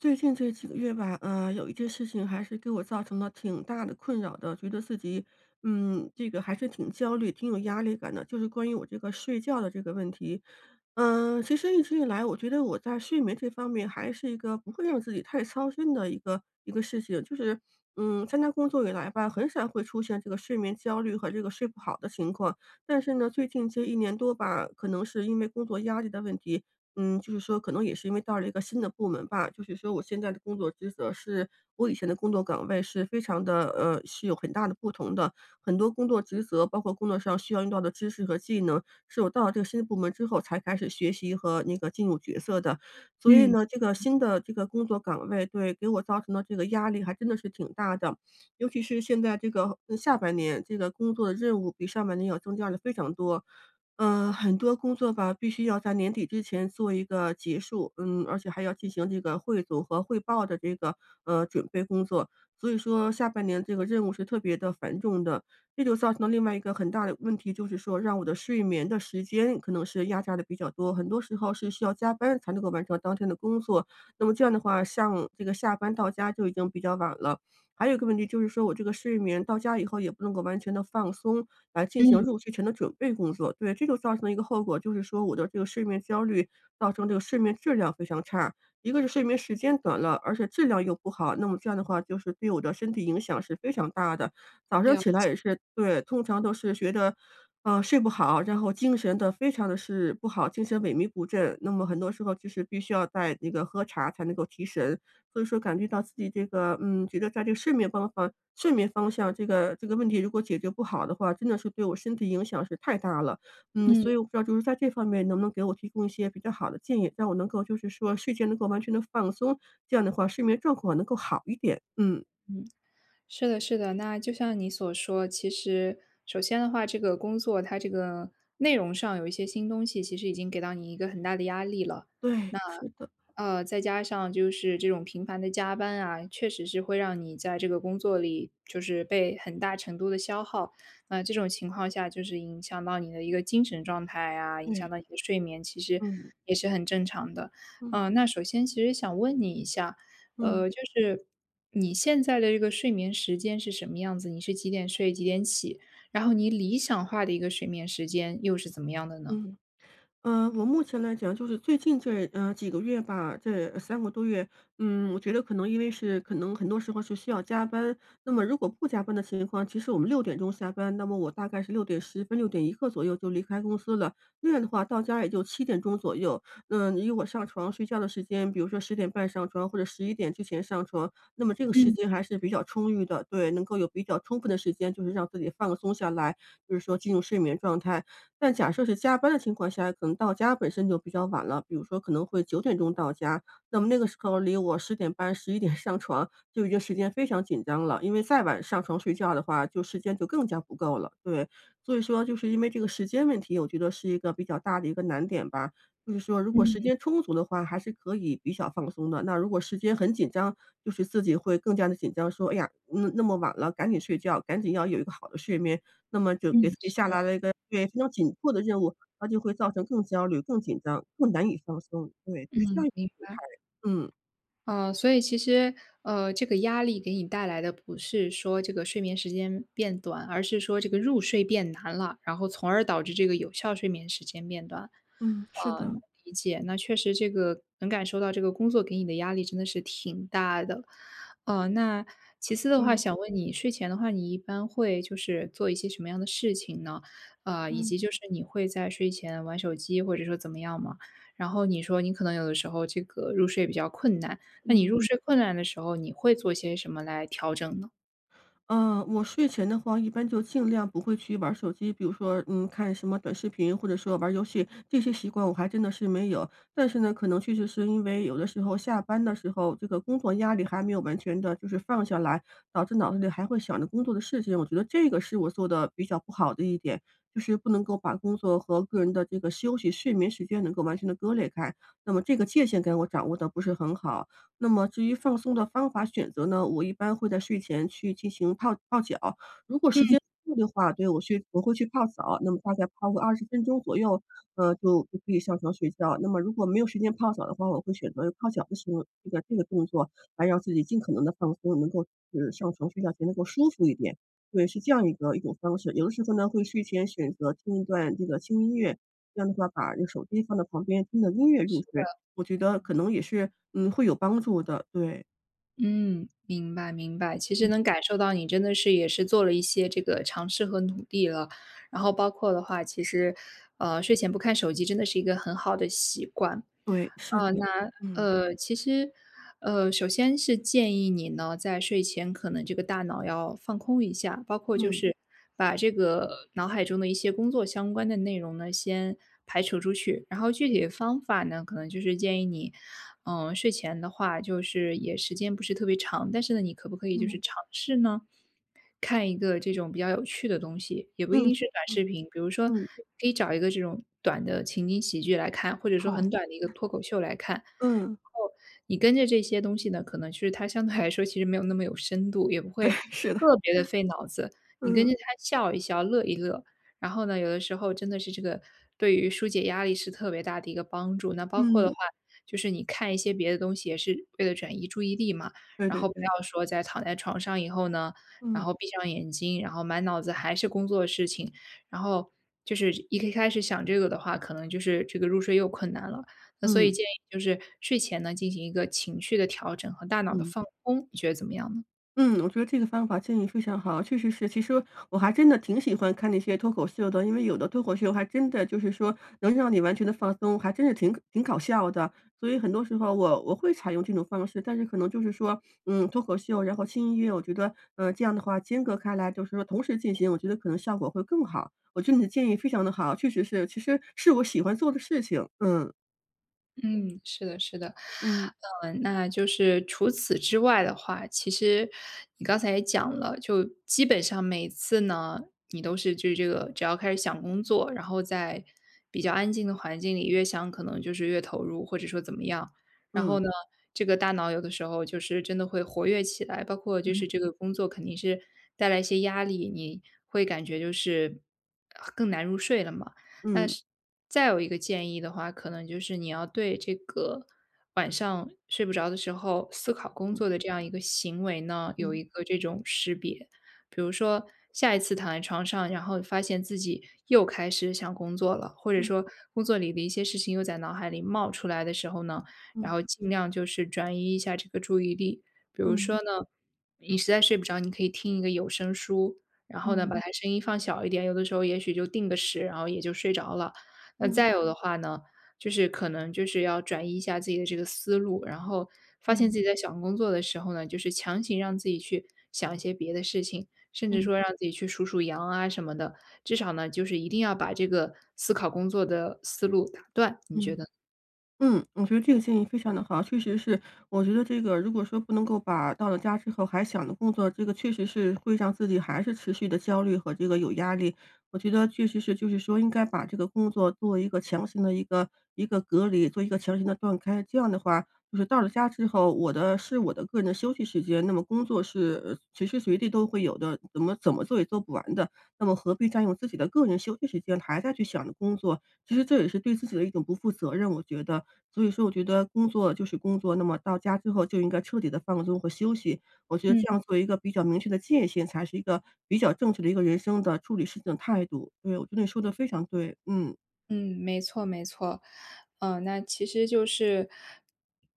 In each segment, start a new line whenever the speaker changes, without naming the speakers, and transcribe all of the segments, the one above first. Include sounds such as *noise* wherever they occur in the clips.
最近这几个月吧，有一件事情还是给我造成了挺大的困扰的，觉得自己，嗯，这个还是挺焦虑、挺有压力感的，就是关于我这个睡觉的这个问题。嗯，其实一直以来，我觉得我在睡眠这方面还是一个不会让自己太操心的一个事情，就是，嗯，参加工作以来吧，很少会出现这个睡眠焦虑和这个睡不好的情况。但是呢，最近这一年多吧，可能是因为工作压力的问题，嗯，就是说可能也是因为到了一个新的部门吧，就是说我现在的工作职责是我以前的工作岗位是非常的是有很大的不同的。很多工作职责，包括工作上需要用到的知识和技能，是我到了这个新的部门之后才开始学习和那个进入角色的。所以
嗯
呢，这个新的这个工作岗位，对，给我造成的这个压力还真的是挺大的。尤其是现在这个下半年，这个工作的任务比上半年要增加了非常多。嗯，很多工作吧，必须要在年底之前做一个结束，嗯，而且还要进行这个汇总和汇报的这个准备工作，所以说下半年这个任务是特别的繁重的，这就造成了另外一个很大的问题，就是说让我的睡眠的时间可能是压榨的比较多，很多时候是需要加班才能够完成当天的工作，那么这样的话，像这个下班到家就已经比较晚了。还有一个问题就是说，我这个睡眠到家以后也不能够完全的放松，来进行
嗯，
入睡前的准备工作。对，这就造成了一个后果，就是说我的这个睡眠焦虑，造成这个睡眠质量非常差。一个是睡眠时间短了，而且质量又不好，那么这样的话就是对我的身体影响是非常大的。早上
了
起来也
解，
是对，通常都是觉得，睡不好，然后精神的非常的是不好，精神萎靡不振。那么很多时候就是必须要在那个喝茶才能够提神，所以说感觉到自己这个，嗯，觉得在这个睡眠方向这个问题如果解决不好的话，真的是对我身体影响是太大了。嗯，
嗯
所以我不知道就是在这方面能不能给我提供一些比较好的建议，让我能够就是说睡前能够完全的放松，这样的话睡眠状况能够好一点。嗯，
嗯，是的，是的。那就像你所说，其实首先的话，这个工作它这个内容上有一些新东西，其实已经给到你一个很大的压力了。
对，
那
是的，
再加上就是这种频繁的加班啊，确实是会让你在这个工作里就是被很大程度的消耗。那这种情况下，就是影响到你的一个精神状态啊，影响
对，
到你的睡眠，其实
嗯，
也是很正常的。
嗯，
嗯、那首先其实想问你一下。
嗯，
就是你现在的这个睡眠时间是什么样子？你是几点睡，几点起？然后你理想化的一个睡眠时间又是怎么样的呢？
嗯。我目前来讲，就是最近这几个月吧，这3个多月，嗯，我觉得可能因为是可能很多时候是需要加班，那么如果不加班的情况，其实我们6点钟下班，那么我大概是6点10分、6点一刻左右就离开公司了。那样的话，到家也就7点钟左右。嗯，以我上床睡觉的时间，比如说十点半上床或者十一点之前上床，那么这个时
嗯
间还是比较充裕的，对，能够有比较充分的时间，就是让自己放松下来，就是说进入睡眠状态。但假设是加班的情况下，可能到家本身就比较晚了，比如说可能会9点钟到家，那么那个时候离我十点半、十一点上床就已经时间非常紧张了，因为再晚上床睡觉的话，就时间就更加不够了。对，所以说就是因为这个时间问题，我觉得是一个比较大的一个难点吧。就是说如果
嗯
时间充足的话，还是可以比较放松的。那如果时间很紧张，就是自己会更加的紧张，说：“哎呀，那么晚了，赶紧睡觉，赶紧要有一个好的睡眠。”那么就给
嗯，
自己
是
下
的，
达了一个对，非常紧迫的任务，那就会造成更焦虑、更紧张、更难以放松。对，就是这样
嗯，
一个
明
状态。
白。
嗯，
所以其实，这个压力给你带来的不是说这个睡眠时间变短，而是说这个入睡变难了，然后从而导致这个有效睡眠时间变短。
嗯，是的，
理解，那确实这个能感受到这个工作给你的压力真的是挺大的。那其次的话，
对，
想问你睡前的话，你一般会就是做一些什么样的事情呢？以
嗯，
及就是你会在睡前玩手机或者说怎么样吗？然后你说你可能有的时候这个入睡比较困难，那你
嗯。
入睡困难的时候，你会做些什么来调整呢？
我睡前的话，一般就尽量不会去玩手机，比如说，嗯，看什么短视频，或者说玩游戏，这些习惯我还真的是没有。但是呢，可能确实是因为有的时候下班的时候，这个工作压力还没有完全的，就是放下来，导致脑子里还会想着工作的事情。我觉得这个是我做的比较不好的一点，就是不能够把工作和个人的这个休息、睡眠时间能够完全的割裂开。那么这个界限感我掌握的不是很好。那么至于放松的方法选择呢，我一般会在睡前去进行泡泡脚，如果时间够的话，对，我会去泡澡，那么大概泡个20分钟左右，就可以上床睡觉。那么如果没有时间泡澡的话，我会选择泡脚的时候，这个动作来让自己尽可能的放松，能够就是上床睡觉前能够舒服一点。对，是这样一种方式。有的时候呢，会睡前选择听一段这个轻音乐，这样的话把这个手机放到旁边，听着音乐入睡。我觉得可能也是，嗯，会有帮助的，对，
嗯，明白明白。其实
嗯，
能感受到你真的是也是做了一些这个尝试和努力了，然后包括的话，其实，睡前不看手机真的是一个很好的习惯。
对，是的，嗯，
其实，首先是建议你呢，在睡前可能这个大脑要放空一下，包括就
嗯，
是把这个脑海中的一些工作相关的内容呢，先排除出去。然后具体的方法呢，可能就是建议你，嗯、睡前的话，就是也时间不是特别长，但是呢，你可不可以就是
嗯，
尝试呢？看一个这种比较有趣的东西，也不一
嗯，
定是短视频，比如说可
嗯，
以找一个这种短的情景喜剧来看，或者说
好，
很短的一个脱口秀来看。然
嗯，
后你跟着这些东西呢，可能就是它相对来说其实没有那么有深度，也不会
*laughs* 是的，
特别的费脑子。你跟着
嗯，
它笑一笑、乐一乐，然后呢，有的时候真的是这个对于疏解压力是特别大的一个帮助。那包括的话，
嗯，
就是你看一些别的东西也是为了转移注意力嘛，
对
然
对
后不
对，
要说在躺在床上以后呢，然
嗯，
后闭上眼睛，然后满脑子还是工作的事情，然后就是开始想这个的话，可能就是这个入睡又困难了。那所
嗯，
以建议就是睡前呢进行一个情绪的调整和大脑的
嗯。
放空，你觉得怎么样呢？
嗯，我觉得这个方法建议非常好，确实是。其实我还真的挺喜欢看那些脱口秀的，因为有的脱口秀还真的就是说能让你完全的放松，还真是挺搞笑的。所以很多时候我会采用这种方式，但是可能就是说，嗯，脱口秀，然后轻音乐，我觉得，这样的话间隔开来，就是说同时进行，我觉得可能效果会更好。我觉得你的建议非常的好，确实是，其实是我喜欢做的事情。嗯
嗯，是的，是的，
嗯
嗯，那就是除此之外的话，其实你刚才也讲了，就基本上每次呢，你都是就是这个，只要开始想工作，然后在比较安静的环境里，越想可能就是越投入，或者说怎么样，然后
嗯
呢，这个大脑有的时候就是真的会活跃起来，包括就是这个工作肯定是带来一些压力，你会感觉就是更难入睡了嘛。那
嗯
是再有一个建议的话，可能就是你要对这个晚上睡不着的时候思考工作
嗯
的这样一个行为呢，有
嗯
一个这种识别。比如说，下一次躺在床上，然后发现自己又开始想工作了，或者
嗯
说工作里的一些事情又在脑海里冒出来的时候呢，然
嗯
后尽量就是转移一下这个注意力。比如说
嗯
呢，你实在睡不着，你可以听一个有声书，然后呢，
嗯
把它声音放小一点，有的时候也许就定个时，然后也就睡着了。那
嗯
再有的话呢，就是可能就是要转移一下自己的这个思路，然后发现
嗯。
自己在想工作的时候呢，就是强行让自己去想一些别的事情，甚至
嗯
说让自己去数数羊啊什么的，至少呢，就是一定要把这个思考工作的思路打断，你觉
嗯
得
嗯，我觉得这个建议非常的好，确实是，我觉得这个如果说不能够把到了家之后还想着工作，这个确实是会让自己还是持续的焦虑和这个有压力。我觉得确实是，就是说应该把这个工作做一个强行的一个隔离，做一个强行的断开。这样的话，就是到了家之后，是我的个人的休息时间，那么工作是随时随地都会有的，怎么做也做不完的。那么何必占用自己的个人休息时间，还在去想着工作？其实这也是对自己的一种不负责任，我觉得。所以说我觉得工作就是工作，那么到家之后就应该彻底的放松和休息。我觉得
嗯。
这样做一个比较明确的界限，才是一个比较正确的一个人生的处理事情的态度。对，我觉得你说的非常对，嗯，
嗯，没错没错，嗯，那其实就是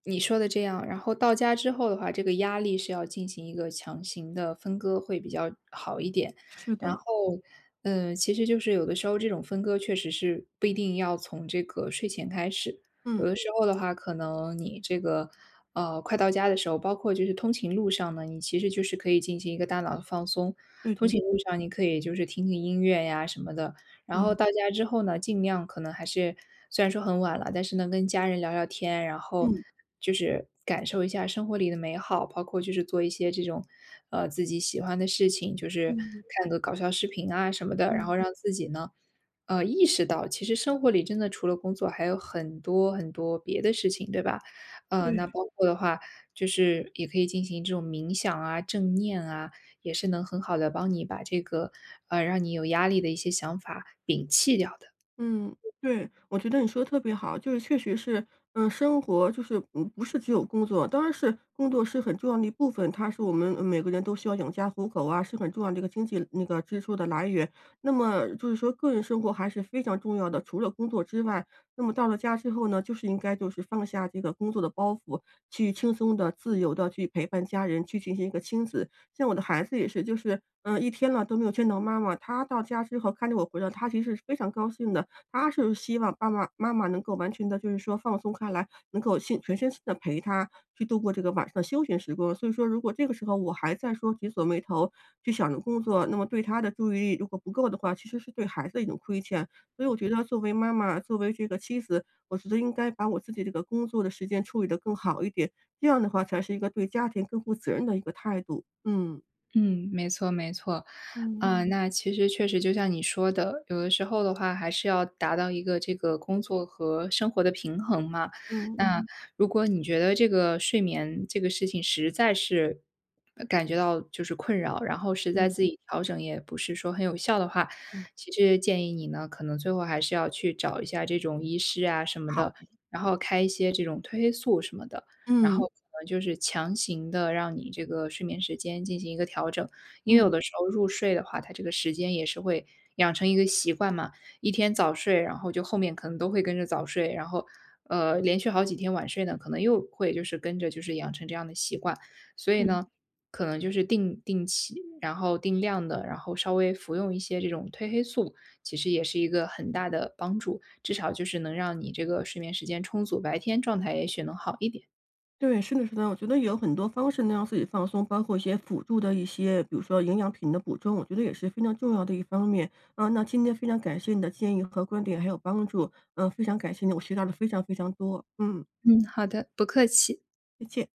你说的这样。然后到家之后的话，这个压力是要进行一个强行的分割，会比较好一点。
是
然
的，
后，嗯，其实就是有的时候这种分割确实是不一定要从这个睡前开始，有
嗯，
的时候的话，可能你这个快到家的时候，包括就是通勤路上呢，你其实就是可以进行一个大脑的放松。
对
通
对
勤路
对，
上你可以就是听听音乐呀什么的，然后
嗯，
到家之后呢，尽量可能还是虽然说很晚了，但是能跟家人聊聊天，然后就是感受一下生活里的美好，包括就是做一些这种自己喜欢的事情，就是
嗯，
看个搞笑视频啊什么的，然
嗯，
后让自己呢。意识到其实生活里真的除了工作还有很多很多别的事情，对吧？那
对。
包括的话，就是也可以进行这种冥想啊、正念啊，也是能很好的帮你把这个，让你有压力的一些想法摒弃掉的。
嗯，对，我觉得你说的特别好，就是确实是，嗯，生活就是嗯，不是只有工作，当然是工作是很重要的一部分，它是我们每个人都需要养家糊口啊，是很重要的一个经济那个支出的来源。那么就是说个人生活还是非常重要的，除了工作之外，那么到了家之后呢，就是应该就是放下这个工作的包袱，去轻松的、自由的去陪伴家人，去进行一个亲子。像我的孩子也是，就是嗯，一天了都没有见到妈妈，他到家之后看着我回来，他其实是非常高兴的。他是希望爸爸妈妈能够完全的，就是说放松开来，能够全身心的陪他去度过这个晚上的休闲时光。所以说如果这个时候我还在说紧锁眉头，去想着工作，那么对他的注意力如果不够的话，其实是对孩子的一种亏欠。所以我觉得作为妈妈，作为这个妻子，我觉得应该把我自己这个工作的时间处理得更好一点，这样的话才是一个对家庭更负责任的一个态度。嗯，
嗯，没错没错。
嗯，
啊，嗯那其实确实就像你说的，有的时候的话还是要达到一个这个工作和生活的平衡嘛。
嗯，
那嗯如果你觉得这个睡眠这个事情实在是感觉到就是困扰，然后实在
嗯。
自己调整也不是说很有效的话，
嗯，
其实建议你呢，可能最后还是要去找一下这种医师啊什么
好，
的，然后开一些这种褪黑素什么的。然后
嗯，
可能就是强行的让你这个睡眠时间进行一个调整。因为有
嗯，
的时候入睡的话，它这个时间也是会养成一个习惯嘛，一天早睡，然后就后面可能都会跟着早睡，然后，连续好几天晚睡呢，可能又会就是跟着就是养成这样的习惯。所以
嗯。
呢，可能就是定期，然后定量的，然后稍微服用一些这种褪黑素，其实也是一个很大的帮助，至少就是能让你这个睡眠时间充足，白天状态也许能好一点。
对，是的，是的，我觉得有很多方式能让自己放松，包括一些辅助的一些，比如说营养品的补充，我觉得也是非常重要的一方面。嗯，那今天非常感谢你的建议和观点，还有帮助。嗯，非常感谢你，我学到了非常非常多。嗯，
嗯，好的，不客气。
再见。